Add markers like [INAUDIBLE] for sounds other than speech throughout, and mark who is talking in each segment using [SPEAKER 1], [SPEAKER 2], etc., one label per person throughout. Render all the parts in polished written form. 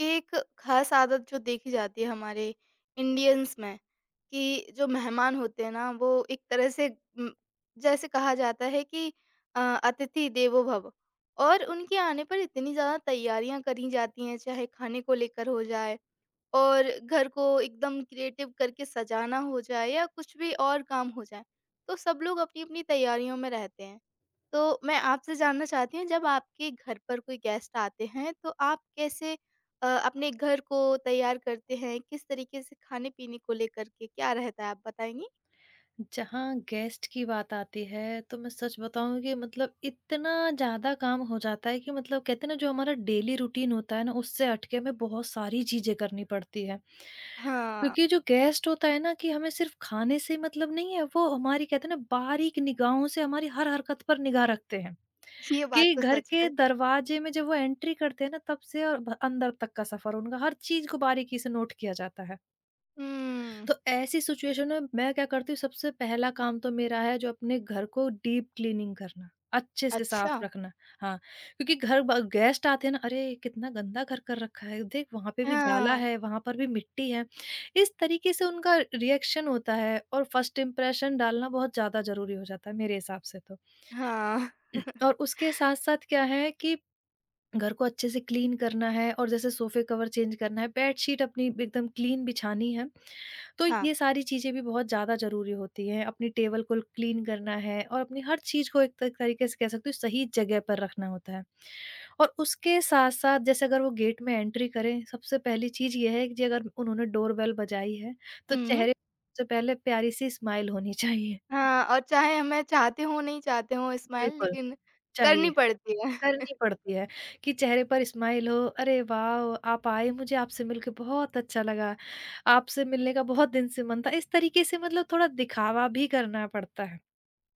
[SPEAKER 1] एक खास आदत जो देखी जाती है हमारे इंडियंस में कि जो मेहमान होते हैं ना वो एक तरह से म, जैसे कहा जाता है कि अतिथि देवो भव। और उनके आने पर इतनी ज़्यादा तैयारियां करी जाती हैं चाहे खाने को लेकर हो जाए और घर को एकदम क्रिएटिव करके सजाना हो जाए या कुछ भी और काम हो जाए, तो सब लोग अपनी-अपनी तैयारियों में रहते हैं। तो मैं आपसे जानना चाहती हूँ जब आपके घर पर कोई गेस्ट आते हैं तो आप कैसे अपने घर को तैयार करते हैं? किस तरीके से खाने-पीने को लेकर के क्या रहता है आप बताएँगी?
[SPEAKER 2] जहाँ गेस्ट की बात आती है, तो मैं सच बताऊँ कि मतलब इतना ज़्यादा काम हो जाता है कि मतलब कहते हैं ना, जो हमारा डेली रूटीन होता है ना, उससे हट के हमें बहुत सारी चीज़ें करनी पड़ती है।
[SPEAKER 1] हाँ,
[SPEAKER 2] क्योंकि जो गेस्ट होता है ना, कि हमें सिर्फ़ खाने से मतलब नहीं है, वो हमारी कहते हैं ना, बारीक निगाहों से हमारी हर हरकत पर निगाह रखते हैं।
[SPEAKER 1] ये बात
[SPEAKER 2] कि
[SPEAKER 1] तो
[SPEAKER 2] घर
[SPEAKER 1] सच
[SPEAKER 2] के
[SPEAKER 1] है।
[SPEAKER 2] दरवाजे में जब वो एंट्री करते हैं ना, तब से और भ अंदर तक का सफ़र उनका हर चीज़ को बारीकी से नोट किया जाता है।
[SPEAKER 1] हुँ,
[SPEAKER 2] तो ऐसी सिचुएशन में मैं क्या करती हूँ, सबसे पहला काम तो मेरा है जो अपने घर को डीप क्लीनिंग करना, अच्छे से
[SPEAKER 1] अच्छा।
[SPEAKER 2] साफ रखना। हाँ, क्योंकि घर ब गेस्ट आते हैं ना, अरे! कितना गंदा घर कर रखा है, देख वहाँ पे भी जाला
[SPEAKER 1] हाँ,
[SPEAKER 2] है, वहाँ पर भी मिट्टी है। इस तरीके से उनका रिएक्शन होता है और फर्स्ट इंप्रेशन डालना बहुत ज़्यादा ज़रूरी हो जाता है मेरे हिसाब से तो।
[SPEAKER 1] हाँ,
[SPEAKER 2] [CLEARS THROAT] और उसके साथ-साथ क्या है कि घर को अच्छे से क्लीन करना है और जैसे सोफे कवर चेंज करना है, बेडशीट अपनी एकदम क्लीन बिछानी है। तो
[SPEAKER 1] हाँ।
[SPEAKER 2] ये सारी चीज़ें भी बहुत ज़्यादा ज़रूरी होती हैं। अपनी टेबल को क्लीन करना है और अपनी हर चीज़ को एक त तरीके से कह सकते हो सही जगह पर रखना होता है। और उसके साथ-साथ जैसे अगर वो गेट में एंट्री करें, सबसे पहली चीज़ ये है कि जी अगर उन्होंने डोर बेल बजाई है, तो
[SPEAKER 1] हुँ।
[SPEAKER 2] चेहरे से पहले प्यारी-सी स्माइल होनी चाहिए।
[SPEAKER 1] हाँ, और चाहे मैं चाहते हों, नहीं चाहते हों स्माइल
[SPEAKER 2] बिल्कुल,
[SPEAKER 1] लेकिन करनी
[SPEAKER 2] चाहिए।
[SPEAKER 1] पड़ती है। [LAUGHS]
[SPEAKER 2] करनी पड़ती है कि चेहरे पर स्माइल हो। अरे वाह! आप आए, मुझे आपसे मिलके बहुत अच्छा लगा। आपसे मिलने का बहुत दिन से मन था। इस तरीके से मतलब थोड़ा दिखावा भी करना पड़ता है।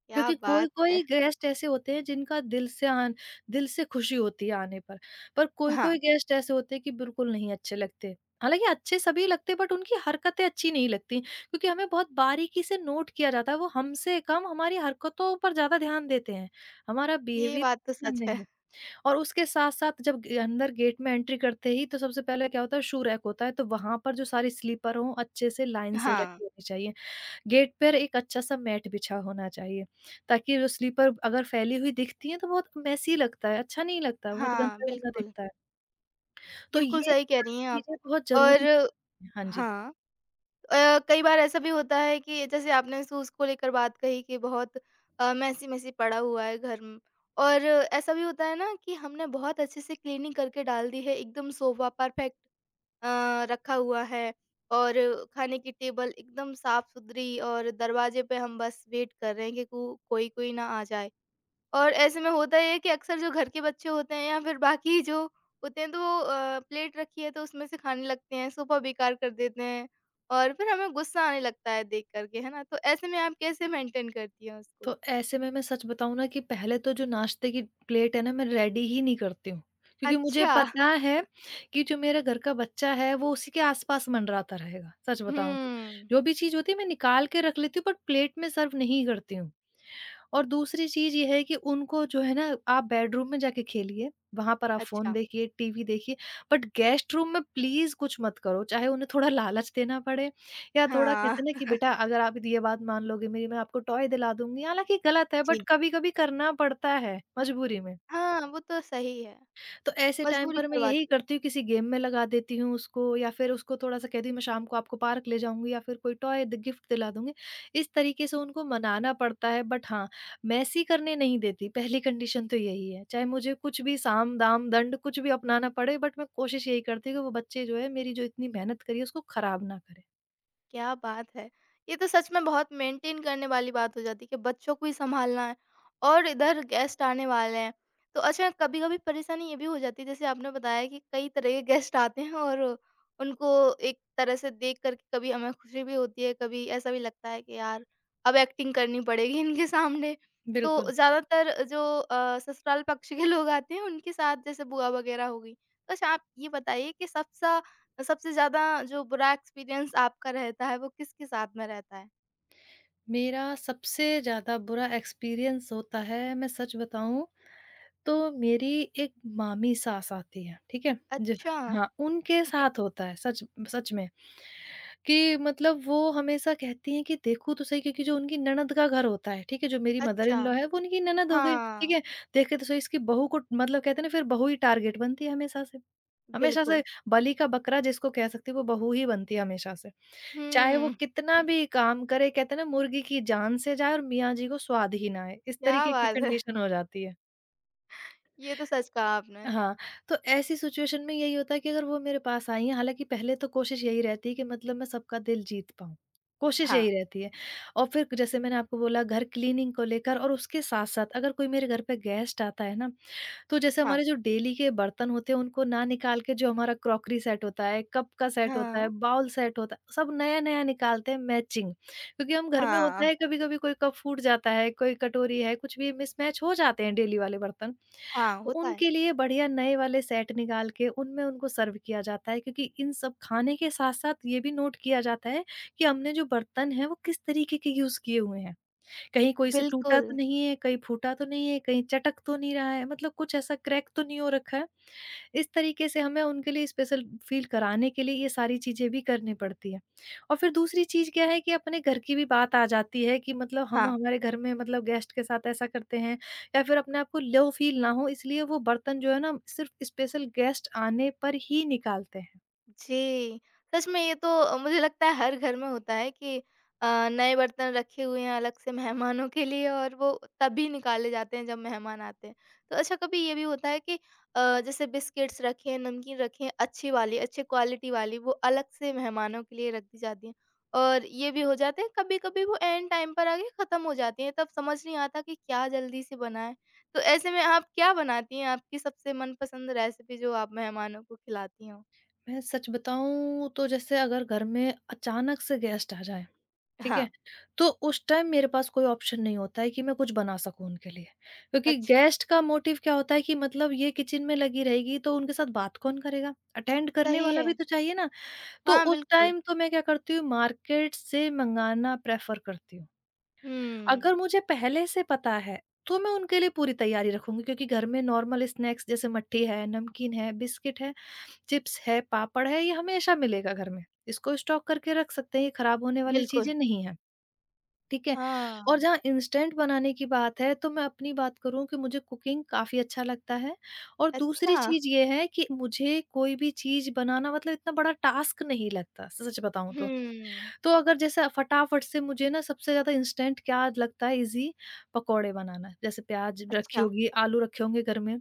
[SPEAKER 1] क्या
[SPEAKER 2] क्योंकि
[SPEAKER 1] बात
[SPEAKER 2] कोई-कोई
[SPEAKER 1] है!
[SPEAKER 2] गेस्ट ऐसे होते हैं जिनका दिल से आन दिल से खुशी होती है आने पर। पर
[SPEAKER 1] हाँ,
[SPEAKER 2] कोई-कोई गेस्ट ऐसे होते हैं कि बिल्कुल नहीं अच्छे लगते। हालाँकि अच्छे सभी लगते हैं बट उनकी हरकतें अच्छी नहीं लगती, क्योंकि हमें बहुत बारीकी से नोट किया जाता है। वो हमसे कम हमारी हरकतों पर ज़्यादा ध्यान देते हैं। हमारा
[SPEAKER 1] ये
[SPEAKER 2] बिहेवियर
[SPEAKER 1] बात तो
[SPEAKER 2] ध्यान
[SPEAKER 1] सच है।
[SPEAKER 2] नहीं। और उसके साथ-साथ जब ग अंदर गेट में एंट्री करते ही, तो सबसे पहले क्या होता है शू रैक होता है, तो वहाँ पर जो सारी स्लीपर हो अच्छे से लाइन से
[SPEAKER 1] हाँ,
[SPEAKER 2] लगी होनी चाहिए। गेट पर एक अच्छा-सा मैट बिछा होना चाहिए, ताकि जो स्लीपर अगर फैली हुई दिखती हैं तो बहुत मेसी लगता है, अच्छा नहीं लगता, बहुत
[SPEAKER 1] हाँ,
[SPEAKER 2] गंदा-गंदा
[SPEAKER 1] बिल्कुल।
[SPEAKER 2] दिखता है। तो
[SPEAKER 1] बिल्कुल
[SPEAKER 2] ये
[SPEAKER 1] सही कह
[SPEAKER 2] सारी
[SPEAKER 1] रही हैं आप।
[SPEAKER 2] चीज़ें बहुत
[SPEAKER 1] और
[SPEAKER 2] ज़रूरी। हाँ जी।
[SPEAKER 1] हाँ कई बार ऐसा भी होता है कि जैसे आपने शूज़ को लेकर बात कही कि बहुत मेसी-मेसी पड़ा हुआ है घर म और ऐसा भी होता है ना कि हमने बहुत अच्छे से क्लीनिंग करके डाल दी है, एकदम सोफ़ा परफेक्ट रखा हुआ है और खाने की टेबल एकदम साफ-सुथरी और दरवाजे पे हम बस वेट कर रहे हैं कि कु कोई कोई ना आ जाए। और ऐसे में होता ये है कि अक्सर जो घर के बच्चे होते हैं या फिर बाकी जो होते हैं तो वो प्लेट रखी है तो उसमें से खाने लगते हैं, सोफ़ा बेकार कर देते हैं और फिर हमें गुस्सा आने लगता है देख कर के, है ना? तो ऐसे में आप कैसे मेंटेन करती हैं उसको?
[SPEAKER 2] तो ऐसे में मैं सच बताऊँ ना कि पहले तो जो नाश्ते की प्लेट है ना, मैं रेडी ही नहीं करती हूँ। क्योंकि मुझे
[SPEAKER 1] अच्छा।
[SPEAKER 2] पता है कि जो मेरा घर का बच्चा है, वो उसी के आस-पास मंडराता रहेगा, सच बताऊँ तो।
[SPEAKER 1] हुँ।
[SPEAKER 2] जो भी चीज़ होती है मैं निकाल के रख लेती हूँ, बट प्लेट में सर्व नहीं करती हूँ। और दूसरी चीज़ ये है कि उनको जो है ना, आप बेडरूम में जाके खेलिए, वहाँ पर आप फ़ोन
[SPEAKER 1] अच्छा।
[SPEAKER 2] देखिए, टीवी देखिए, बट गेस्ट रूम में प्लीज़ कुछ मत करो, चाहे उन्हें थोड़ा लालच देना पड़े या थोड़ा कहते
[SPEAKER 1] हाँ।
[SPEAKER 2] हैं ना, कि बेटा अगर आप ये बात मान लोगे मेरी, मैं आपको टॉय दिला दूँगी, हालाँकि गलत है बट
[SPEAKER 1] जी।
[SPEAKER 2] कभी-कभी करना पड़ता है मजबूरी में।
[SPEAKER 1] हाँ, वो तो सही है।
[SPEAKER 2] तो ऐसे टाइम
[SPEAKER 1] मजबूरी
[SPEAKER 2] पर मैं यही
[SPEAKER 1] करवाती है।
[SPEAKER 2] करती हूँ, किसी गेम में लगा देती हूँ उसको, या फिर उसको थोड़ा-सा कहती हूँ मैं शाम को आपको पार्क ले जाऊँगी या फिर कोई टॉय द गिफ्ट दिला दूँगी। इस तरीके से उनको मनाना पड़ता है, बट हाँ, मैसी करने नहीं देती, पहली कंडीशन तो यही है। चाहे मुझे कुछ भी साम-दाम दंड कुछ भी अपनाना पड़े बट मैं कोशिश यही करती हूँ कि वो बच्चे जो है मेरी, जो इतनी मेहनत करी है उसको खराब ना करें।
[SPEAKER 1] क्या बात है! ये तो सच में बहुत मेंटेन करने वाली बात हो जाती है कि बच्चों को भी सँभालना है और इधर गेस्ट आने वाले हैं। तो अच्छा कभी-कभी परेशानी ये भी हो जाती है जैसे आपने बताया कि कई तरह के गेस्ट आते हैं और उनको एक तरह से देख कर के कभी हमें खुशी भी होती है, कभी ऐसा भी लगता है कि यार अब एक्टिंग करनी पड़ेगी इनके सामने। तो
[SPEAKER 2] बिल्कुल।
[SPEAKER 1] ज़्यादातर जो ससुराल पक्ष के लोग आते हैं उनके साथ जैसे बुआ वगैरह हो गई। तो अच्छा आप ये बताइए कि सबसा सबसे ज़्यादा जो बुरा एक्सपीरियंस आपका रहता है, वो किसके साथ में रहता है?
[SPEAKER 2] मेरा सबसे ज़्यादा बुरा एक्सपीरियंस होता है, मैं सच बताऊँ तो मेरी एक मामी सास आती है, ठीक है? ज
[SPEAKER 1] अच्छा,
[SPEAKER 2] हाँ, उनके साथ होता है, सच सच में, कि मतलब वो हमेशा कहती हैं कि देखो तो सही, क्योंकि जो उनकी ननद का घर होता है, ठीक है? जो मेरी मदर इन
[SPEAKER 1] अच्छा।
[SPEAKER 2] लॉ है वो उनकी ननद हो गई, ठीक
[SPEAKER 1] हाँ,
[SPEAKER 2] है? देखे तो सही इसकी बहू को, मतलब कहते हैं ना, फिर बहू ही टारगेट बनती है हमेशा से। हमेशा
[SPEAKER 1] बिल्कुल।
[SPEAKER 2] से बलि का बकरा जिसको कह सकते हो वो बहू ही बनती है हमेशा से। चाहे वो
[SPEAKER 1] हुँ।
[SPEAKER 2] कितना भी
[SPEAKER 1] [LAUGHS]
[SPEAKER 2] काम करे, कहते हैं ना, मुर्गी की जान से जाए और मियाँ जी को स्वाद ही ना आए, इस
[SPEAKER 1] क्या
[SPEAKER 2] तरीके की
[SPEAKER 1] बात है!
[SPEAKER 2] कंडीशन हो जाती है।
[SPEAKER 1] ये तो सच कहा आपने।
[SPEAKER 2] हाँ, तो ऐसी सिचुएशन में यही होता है कि अगर वो मेरे पास आई हैं, हालाँकि पहले तो कोशिश यही रहती है कि मतलब मैं सबका दिल जीत पाऊँ। कोशिश
[SPEAKER 1] हाँ,
[SPEAKER 2] यही रहती है, और फिर जैसे मैंने आपको बोला घर क्लीनिंग को लेकर, और उसके साथ-साथ अगर कोई मेरे घर पे गेस्ट आता है ना, तो जैसे
[SPEAKER 1] हाँ।
[SPEAKER 2] हमारे जो डेली के बर्तन होते हैं उनको ना निकाल के, जो हमारा क्रॉकरी सेट होता है, कप का सेट होता है,
[SPEAKER 1] हाँ,
[SPEAKER 2] बाउल सेट होता है, सब नया-नया निकालते हैं मैचिंग। क्योंकि हम घर में होता
[SPEAKER 1] हाँ।
[SPEAKER 2] है कभी-कभी कोई कप फूट जाता है, कोई कटोरी है, कुछ भी मिसमैच हो जाते हैं डेली वाले बर्तन।
[SPEAKER 1] हाँ,
[SPEAKER 2] तो
[SPEAKER 1] होता है।
[SPEAKER 2] उनके लिए बढ़िया नए वाले सेट निकाल के उनमें उनको सर्व किया जाता है, क्योंकि इन सब खाने के साथ-साथ ये भी नोट किया जाता है कि हमने जो बर्तन हैं वो किस तरीके के यूज़ किए हुए हैं। कहीं कोई से टूटा
[SPEAKER 1] बिल्कुल।
[SPEAKER 2] तो नहीं है, कहीं फूटा तो नहीं है, कहीं चटक तो नहीं रहा है, मतलब कुछ ऐसा क्रैक तो नहीं हो रखा है। इस तरीके से हमें उनके लिए स्पेशल फ़ील कराने के लिए ये सारी चीज़ें भी करनी पड़ती हैं। और फिर दूसरी चीज़ क्या है कि अपने घर की भी बात आ जाती है कि मतलब हम
[SPEAKER 1] हाँ।
[SPEAKER 2] हमारे घर में मतलब गेस्ट के साथ ऐसा करते हैं, या फिर अपने आप को लो फ़ील ना हो इसलिए वो बर्तन जो है ना, सिर्फ़ स्पेशल गेस्ट आने पर ही निकालते हैं।
[SPEAKER 1] जी, सच में ये तो मुझे लगता है हर घर में होता है कि नए बर्तन रखे हुए हैं अलग से मेहमानों के लिए और वो तभी निकाले जाते हैं जब मेहमान आते हैं। तो अच्छा कभी ये भी होता है कि जैसे बिस्किट्स रखे हैं, नमकीन रखे हैं, अच्छी वाली, अच्छे क्वालिटी वाली वो अलग से मेहमानों के लिए रख दी जाती हैं। और ये भी हो जाते हैं कभी-कभी वो एंड टाइम पर आके ख़त्म हो जाती हैं, तब समझ नहीं आता कि क्या जल्दी से बनाएँ। तो ऐसे में आप क्या बनाती हैं? आपकी सबसे मनपसंद रेसिपी जो आप मेहमानों को खिलाती हों?
[SPEAKER 2] मैं सच बताऊँ तो जैसे अगर घर में अचानक से गेस्ट आ जाए, ठीक है?
[SPEAKER 1] हाँ।
[SPEAKER 2] तो उस टाइम मेरे पास कोई ऑप्शन नहीं होता है कि मैं कुछ बना सकूँ उनके लिए। क्योंकि
[SPEAKER 1] अच्छा,
[SPEAKER 2] गेस्ट का मोटिव क्या होता है कि मतलब ये किचन में लगी रहेगी तो उनके साथ बात कौन करेगा? अटेंड करने
[SPEAKER 1] सही
[SPEAKER 2] वाला भी
[SPEAKER 1] है।
[SPEAKER 2] तो चाहिए ना? तो
[SPEAKER 1] हाँ,
[SPEAKER 2] उस
[SPEAKER 1] बिल्कुल।
[SPEAKER 2] टाइम तो मैं क्या करती हूँ, मार्केट से मंगाना प्रेफ़र करती हूँ।
[SPEAKER 1] हुँ,
[SPEAKER 2] अगर मुझे पहले से पता है तो मैं उनके लिए पूरी तैयारी रखूँगी, क्योंकि घर में नॉर्मल स्नैक्स जैसे मट्ठी है, नमकीन है, बिस्किट है, चिप्स है, पापड़ है, ये हमेशा मिलेगा घर में। इसको स्टॉक करके रख सकते हैं, ये खराब होने वाली
[SPEAKER 1] बिल्कुल।
[SPEAKER 2] चीज़ें नहीं हैं, ठीक है? और
[SPEAKER 1] हाँ,
[SPEAKER 2] जहाँ इंस्टेंट बनाने की बात है, तो मैं अपनी बात करूँ कि मुझे कुकिंग काफ़ी अच्छा लगता है, और
[SPEAKER 1] अच्छा।
[SPEAKER 2] दूसरी चीज़ ये है कि मुझे कोई भी चीज़ बनाना मतलब इतना बड़ा टास्क नहीं लगता, सच बताऊँ तो।
[SPEAKER 1] हुँ,
[SPEAKER 2] तो अगर जैसे फटाफट से मुझे ना, सबसे ज़्यादा इंस्टेंट क्या लगता है, ईज़ी पकौड़े बनाना। जैसे प्याज़ रखी
[SPEAKER 1] अच्छा,
[SPEAKER 2] होगी, आलू रखे होंगे घर में,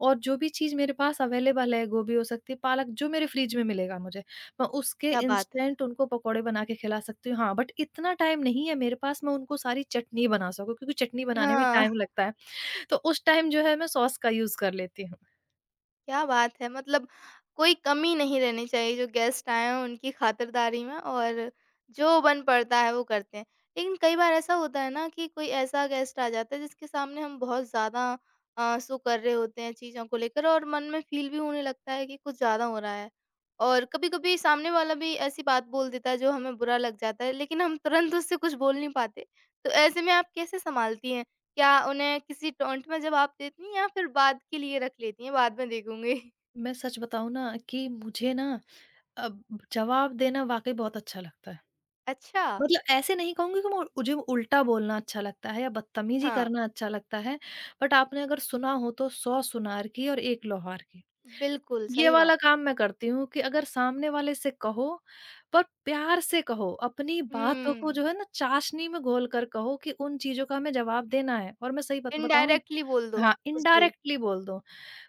[SPEAKER 2] और जो भी चीज़ मेरे पास अवेलेबल है, गोभी हो सकती है, पालक जो मेरे फ्रिज में मिलेगा मुझे, मैं उसके
[SPEAKER 1] क्या बात है।
[SPEAKER 2] इंस्टेंट उनको पकौड़े बना के खिला सकती हूँ। हाँ, बट इतना टाइम नहीं है मेरे पास, मैं उनको सारी चटनी बना सकूँ, क्योंकि चटनी बनाने में
[SPEAKER 1] हाँ।
[SPEAKER 2] टाइम लगता है। तो उस टाइम जो है मैं सॉस का यूज़ कर लेती हूँ।
[SPEAKER 1] क्या बात है! मतलब कोई कमी नहीं रहनी चाहिए जो गेस्ट आए हों उनकी खातिरदारी में और जो बन पड़ता है वो करते हैं। लेकिन कई बार ऐसा होता है ना कि कोई ऐसा गेस्ट आ जाता है जिसके सामने हम बहुत ज़्यादा सो कर रहे होते हैं चीज़ों को लेकर और मन में फ़ील भी होने लगता है कि कुछ ज़्यादा हो रहा है। और कभी-कभी सामने वाला भी ऐसी बात बोल देता है जो हमें बुरा लग जाता है लेकिन हम तुरंत उससे कुछ बोल नहीं पाते। तो ऐसे में आप कैसे सँभालती हैं? क्या उन्हें किसी टोंट में जवाब देती हैं या फिर बाद के लिए रख लेती हैं, बाद में देखूँगी? [LAUGHS]
[SPEAKER 2] मैं सच बताऊँ ना कि मुझे ना, अब जवाब देना वाक़ई बहुत अच्छा लगता है।
[SPEAKER 1] अच्छा।
[SPEAKER 2] मतलब ऐसे नहीं कहूँगी कि मुझे उल्टा बोलना अच्छा लगता है या बदतमीजी
[SPEAKER 1] हाँ,
[SPEAKER 2] करना अच्छा लगता है, बट आपने अगर सुना हो तो 100 सुनार की और 1 लौहार की।
[SPEAKER 1] बिल्कुल,
[SPEAKER 2] ये
[SPEAKER 1] सही बात।
[SPEAKER 2] वाला काम मैं करती हूँ कि अगर सामने वाले से कहो, पर प्यार से कहो, अपनी बातों को
[SPEAKER 1] हुँ,
[SPEAKER 2] जो है ना, चाशनी में घोल कर कहो कि उन चीज़ों का हमें जवाब देना है। और मैं सही बत बताऊँ,
[SPEAKER 1] इनडायरेक्टली बोल दो,
[SPEAKER 2] हाँ,
[SPEAKER 1] कुछ भी।
[SPEAKER 2] इनडायरेक्टली बोल दो।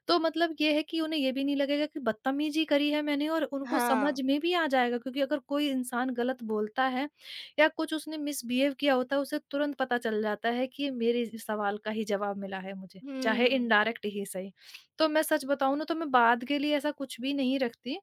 [SPEAKER 2] तो मतलब ये है कि उन्हें ये भी नहीं लगेगा कि बदतमीजी करी है मैंने, और उनको समझ
[SPEAKER 1] हाँ।
[SPEAKER 2] में भी आ जाएगा, क्योंकि अगर कोई इंसान गलत बोलता है या कुछ उसने मिसबिहेव किया होता है, उसे तुरंत पता चल जाता है कि ये मेरे इस सवाल का ही जवाब मिला है मुझे, चाहे
[SPEAKER 1] हुँ।
[SPEAKER 2] इनडायरेक्ट ही सही। तो मैं सच बताऊं ना, तो मैं बाद के लिए ऐसा कुछ भी नहीं रखती,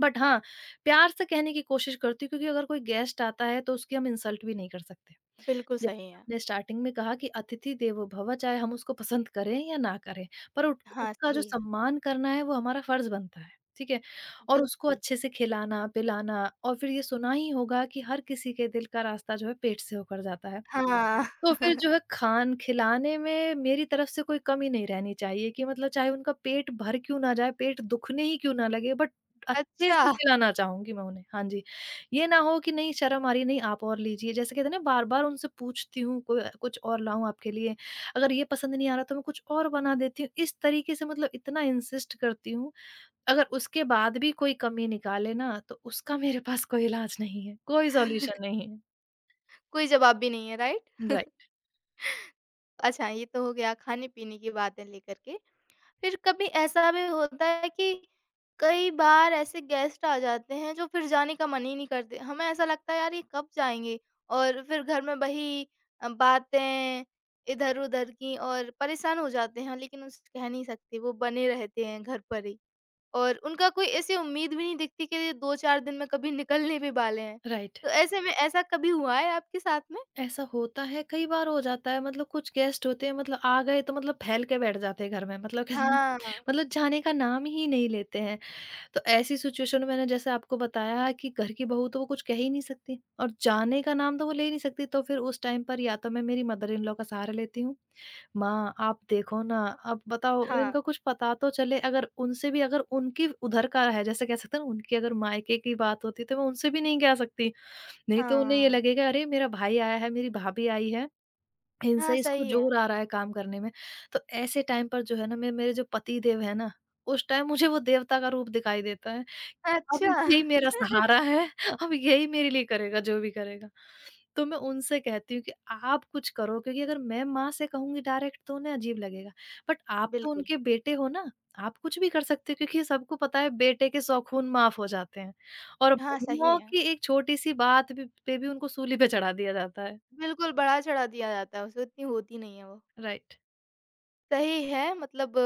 [SPEAKER 2] बट हाँ, प्यार से कहने की कोशिश करती हूँ, क्योंकि अगर कोई गेस्ट आता है तो उसकी हम इंसल्ट भी नहीं कर सकते।
[SPEAKER 1] बिल्कुल सही
[SPEAKER 2] जैसे
[SPEAKER 1] है।
[SPEAKER 2] आपने स्टार्टिंग में कहा कि अतिथि देवो भव, चाहे हम उसको पसंद करें या ना करें, पर उट
[SPEAKER 1] हाँ,
[SPEAKER 2] उसका जो
[SPEAKER 1] सही है।
[SPEAKER 2] सम्मान करना है वो हमारा फर्ज़ बनता है, ठीक है? और उसको
[SPEAKER 1] बिल्कुल।
[SPEAKER 2] अच्छे से खिलाना, पिलाना। और फिर ये सुना ही होगा कि हर किसी के दिल का रास्ता जो है पेट से होकर जाता है।
[SPEAKER 1] हाँ।
[SPEAKER 2] तो फिर
[SPEAKER 1] [LAUGHS]
[SPEAKER 2] जो है खान खिलाने में मेरी तरफ से कोई कमी नहीं रहनी चाहिए कि मतलब चाहे उनका पेट भर क्यों ना जाए, पेट दुखने ही क्यों ना लगे, बट अच्छे से
[SPEAKER 1] अच्छा,
[SPEAKER 2] खिलाना चाहूँगी मैं उन्हें। हाँ जी। ये ना हो कि नहीं शर्म आ रही है, नहीं आप और लीजिए। जैसे कहते हैं ना, बार-बार उनसे पूछती हूँ को कुछ और लाऊँ आपके लिए, अगर ये पसंद नहीं आ रहा तो मैं कुछ और बना देती हूँ। इस तरीके से मतलब इतना इंसिस्ट करती हूँ। अगर उसके बाद भी कोई कमी निकाले ना तो उसका मेरे पास कोई इलाज नहीं है, कोई सॉल्यूशन नहीं है।
[SPEAKER 1] कोई जवाब भी नहीं है, राइट?
[SPEAKER 2] राइट।
[SPEAKER 1] अच्छा, ये तो हो गया खाने-पीने की बातें लेकर के। फिर कभी ऐसा भी होता है कि कई बार ऐसे गेस्ट आ जाते हैं जो फिर जाने का मन ही नहीं करते। हमें ऐसा लगता है यार ये कब जाएँगे? और फिर घर में वही बातें इधर-उधर की और परेशान हो जाते हैं लेकिन उस कह नहीं सकते, वो बने रहते हैं घर पर ही। और उनका कोई ऐसी उम्मीद भी नहीं दिखती कि ये 2-4 दिन में कभी निकलने भी वाले हैं।
[SPEAKER 2] राइट।
[SPEAKER 1] तो ऐसे में ऐसा कभी हुआ है आपके साथ में?
[SPEAKER 2] ऐसा होता है, कई बार हो जाता है। मतलब कुछ गेस्ट होते हैं, मतलब आ गए तो मतलब फ़ैल के बैठ जाते हैं घर में, मतलब कहते हैं,
[SPEAKER 1] हाँ,
[SPEAKER 2] मतलब जाने का नाम ही नहीं लेते हैं। तो ऐसी सिचुएशन में मैंने जैसे आपको बताया कि घर की बहू तो वो कुछ कह ही नहीं सकती और जाने का नाम तो वो ले ही नहीं सकती, तो फिर उस टाइम पर या तो मैं मेरी मदर इन लॉ का सहारा लेती हूँ। माँ आप देखो ना, अब बताओ
[SPEAKER 1] हाँ,
[SPEAKER 2] इनको कुछ पता तो चले। अगर उनसे भी अगर उनकी उधर का है, जैसे कह सकते हैं ना, उनकी अगर मायके की बात होती तो मैं उनसे भी नहीं कह सकती। नहीं तो उन्हें ये
[SPEAKER 1] हाँ।
[SPEAKER 2] लगेगा, अरे मेरा भाई आया है, मेरी भाभी आई है,
[SPEAKER 1] हाँ,
[SPEAKER 2] इनसे इसको
[SPEAKER 1] सही है।
[SPEAKER 2] जोर आ रहा है काम करने में। तो ऐसे टाइम पर जो है ना, मैं मेरे जो पति देव है ना, उस टाइम मुझे वो देवता का रूप दिखाई देता है। अब
[SPEAKER 1] अच्छा।
[SPEAKER 2] यही मेरा सहारा है, अब यही मेरे लिए करेगा जो भी करेगा। तो मैं उनसे कहती हूँ कि आप कुछ करो, क्योंकि अगर मैं माँ से कहूँगी डायरेक्ट तो उन्हें अजीब लगेगा। बट आप तो
[SPEAKER 1] बिल्कुल।
[SPEAKER 2] उनके बेटे हो ना, आप कुछ भी कर सकते हो, क्योंकि सबको पता है बेटे के शौख़ून माफ़ हो जाते हैं और
[SPEAKER 1] हाँ, सही
[SPEAKER 2] बहुओं
[SPEAKER 1] है।
[SPEAKER 2] की एक छोटी-सी बात भी पे भी उनको सूली पे चढ़ा दिया जाता है।
[SPEAKER 1] बिल्कुल, बढ़ा-चढ़ा दिया जाता है उसे, उतनी होती नहीं है वो।
[SPEAKER 2] राइट।
[SPEAKER 1] सही है। मतलब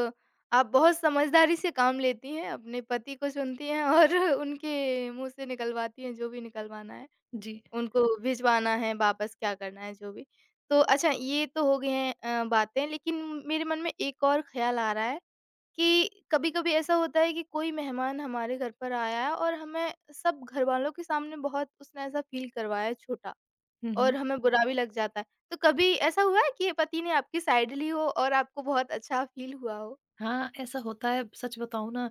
[SPEAKER 1] आप बहुत समझदारी से काम लेती हैं, अपने पति को सुनती हैं और [LAUGHS] उनके मुँह से निकलवाती हैं जो भी निकलवाना है,
[SPEAKER 2] जी।
[SPEAKER 1] उनको भिजवाना है वापस क्या करना है जो भी। तो अच्छा ये तो हो गई हैं बातें लेकिन मेरे मन में एक और ख़्याल आ रहा है कि कभी-कभी ऐसा होता है कि कोई मेहमान हमारे घर पर आया है और हमें सब घरवालों के सामने बहुत उसने ऐसा फ़ील करवाया है छोटा।
[SPEAKER 2] हुँ,
[SPEAKER 1] और
[SPEAKER 2] हुँ।
[SPEAKER 1] हमें बुरा भी लग जाता है। तो कभी ऐसा हुआ है कि पति ने आपकी साइड ली हो और आपको बहुत अच्छा फ़ील हुआ हो?
[SPEAKER 2] हाँ, ऐसा होता है। सच बताऊँ ना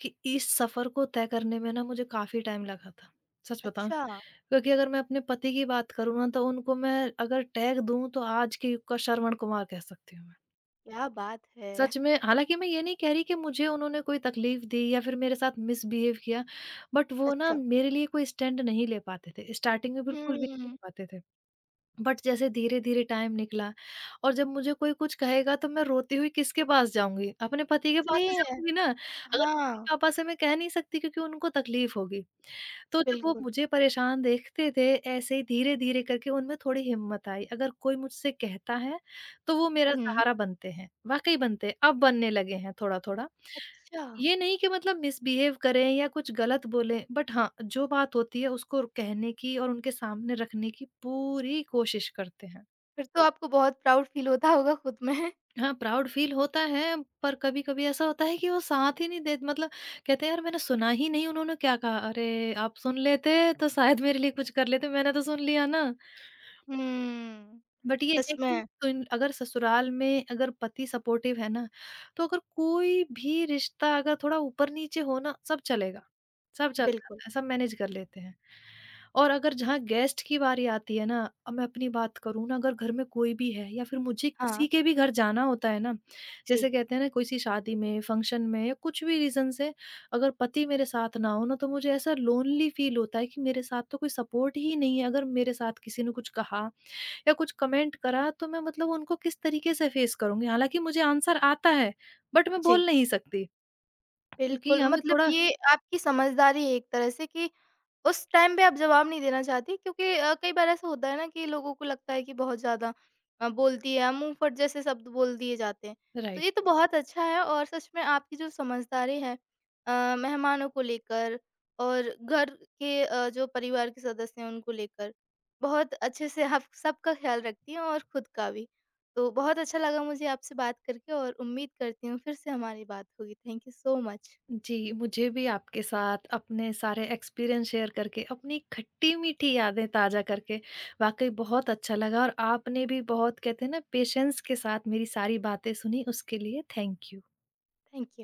[SPEAKER 2] कि इस सफ़र को तय करने में ना मुझे काफ़ी टाइम लगा था। सच बताऊँ,
[SPEAKER 1] अच्छा,
[SPEAKER 2] क्योंकि अगर मैं अपने पति की बात करूँ ना तो उनको मैं अगर टैग दूँ तो आज के युग का श्रवण कुमार कह सकती हूँ मैं।
[SPEAKER 1] क्या बात है!
[SPEAKER 2] सच में। हालाँकि मैं ये नहीं कह रही कि मुझे उन्होंने कोई तकलीफ़ दी या फिर मेरे साथ मिसबिहेव किया, बट वो ना
[SPEAKER 1] अच्छा।
[SPEAKER 2] मेरे लिए कोई स्टैंड नहीं ले पाते थे। स्टार्टिंग में बिल्कुल भी नहीं
[SPEAKER 1] हुँ,
[SPEAKER 2] ले पाते थे। बट जैसे धीरे-धीरे टाइम निकला, और जब मुझे कोई कुछ कहेगा तो मैं रोती हुई किसके पास जाऊँगी? अपने पति के पास
[SPEAKER 1] सही
[SPEAKER 2] ही
[SPEAKER 1] है।
[SPEAKER 2] जाऊँगी ना। अगर
[SPEAKER 1] हाँ,
[SPEAKER 2] मम्मी-पापा से मैं कह नहीं सकती क्योंकि उनको तकलीफ़ होगी। तो जब वो
[SPEAKER 1] बिल्कुल।
[SPEAKER 2] मुझे परेशान देखते थे, ऐसे ही धीरे-धीरे करके उनमें थोड़ी हिम्मत आई। अगर कोई मुझसे कहता है, तो वो मेरा
[SPEAKER 1] हुँ।
[SPEAKER 2] सहारा बनते हैं, वाक़ई बनते हैं। अब बनने लगे हैं थोड़ा-थोड़ा।
[SPEAKER 1] अच्छा,
[SPEAKER 2] ये नहीं कि मतलब मिसबिहेव करें या कुछ गलत बोलें, बट हाँ, जो बात होती है उसको कहने की और उनके सामने रखने की पूरी कोशिश करते हैं।
[SPEAKER 1] फिर तो आपको बहुत प्राउड फ़ील होता होगा खुद में।
[SPEAKER 2] हाँ, प्राउड फ़ील होता है, पर कभी-कभी ऐसा होता है कि वो साथ ही नहीं दे। मतलब कहते हैं यार मैंने सुना ही नहीं, उन्होंने क्या कहा? अरे! आप सुन लेते तो शायद मेरे लिए कुछ कर लेते, मैंने तो सुन लिया ना।
[SPEAKER 1] हुँ,
[SPEAKER 2] बट ये
[SPEAKER 1] सच
[SPEAKER 2] है कि
[SPEAKER 1] में,
[SPEAKER 2] तुन अगर ससुराल में अगर पति सपोर्टिव है ना, तो अगर कोई भी रिश्ता अगर थोड़ा ऊपर-नीचे हो ना, सब चलेगा। सब चल
[SPEAKER 1] बिल्कुल।
[SPEAKER 2] जाता है, सब मैनेज कर लेते हैं। और अगर जहाँ गेस्ट की बारी आती है ना, अब मैं अपनी बात करूँ ना, अगर घर में कोई भी है या फिर मुझे
[SPEAKER 1] हाँ।
[SPEAKER 2] किसी के भी घर जाना होता है ना,
[SPEAKER 1] जी,
[SPEAKER 2] जैसे कहते हैं ना, किसी शादी में, फंक्शन में या कुछ भी रीज़न से अगर पति मेरे साथ ना हो ना, तो मुझे ऐसा लोनली फील होता है कि मेरे साथ तो कोई सपोर्ट ही नहीं है। अगर मेरे साथ किसी ने कुछ कहा या कुछ कमेंट करा तो मैं मतलब उनको किस तरीके से फेस करूँगी? हालाँकि मुझे आंसर आता है, बट मैं
[SPEAKER 1] जी।
[SPEAKER 2] बोल नहीं सकती क्योंकि
[SPEAKER 1] बिल्कुल,
[SPEAKER 2] हमें
[SPEAKER 1] मतलब
[SPEAKER 2] थोड़ा
[SPEAKER 1] ये आपकी समझदारी है एक तरह से कि उस टाइम पे आप जवाब नहीं देना चाहती क्योंकि कई बार ऐसा होता है ना कि लोगों को लगता है कि बहुत ज़्यादा बोलती है, मुँह फट जैसे शब्द बोल दिए जाते हैं। तो
[SPEAKER 2] राइट।
[SPEAKER 1] ये तो बहुत अच्छा है और सच में आपकी जो समझदारी है मेहमानों को लेकर और घर के जो परिवार के सदस्य हैं उनको लेकर, बहुत अच्छे से आप सबका ख़्याल रखती हैं और खुद का भी। तो बहुत अच्छा लगा मुझे आपसे बात करके और उम्मीद करती हूँ फिर से हमारी बात होगी। Thank you so much.
[SPEAKER 2] जी, मुझे भी आपके साथ अपने सारे एक्सपीरियंस शेयर करके, अपनी खट्टी-मीठी यादें ताज़ा करके वाक़ई बहुत अच्छा लगा। और आपने भी बहुत कहते हैं ना पेशेंस के साथ मेरी सारी बातें सुनी, उसके लिए थैंक यू।
[SPEAKER 1] Thank you.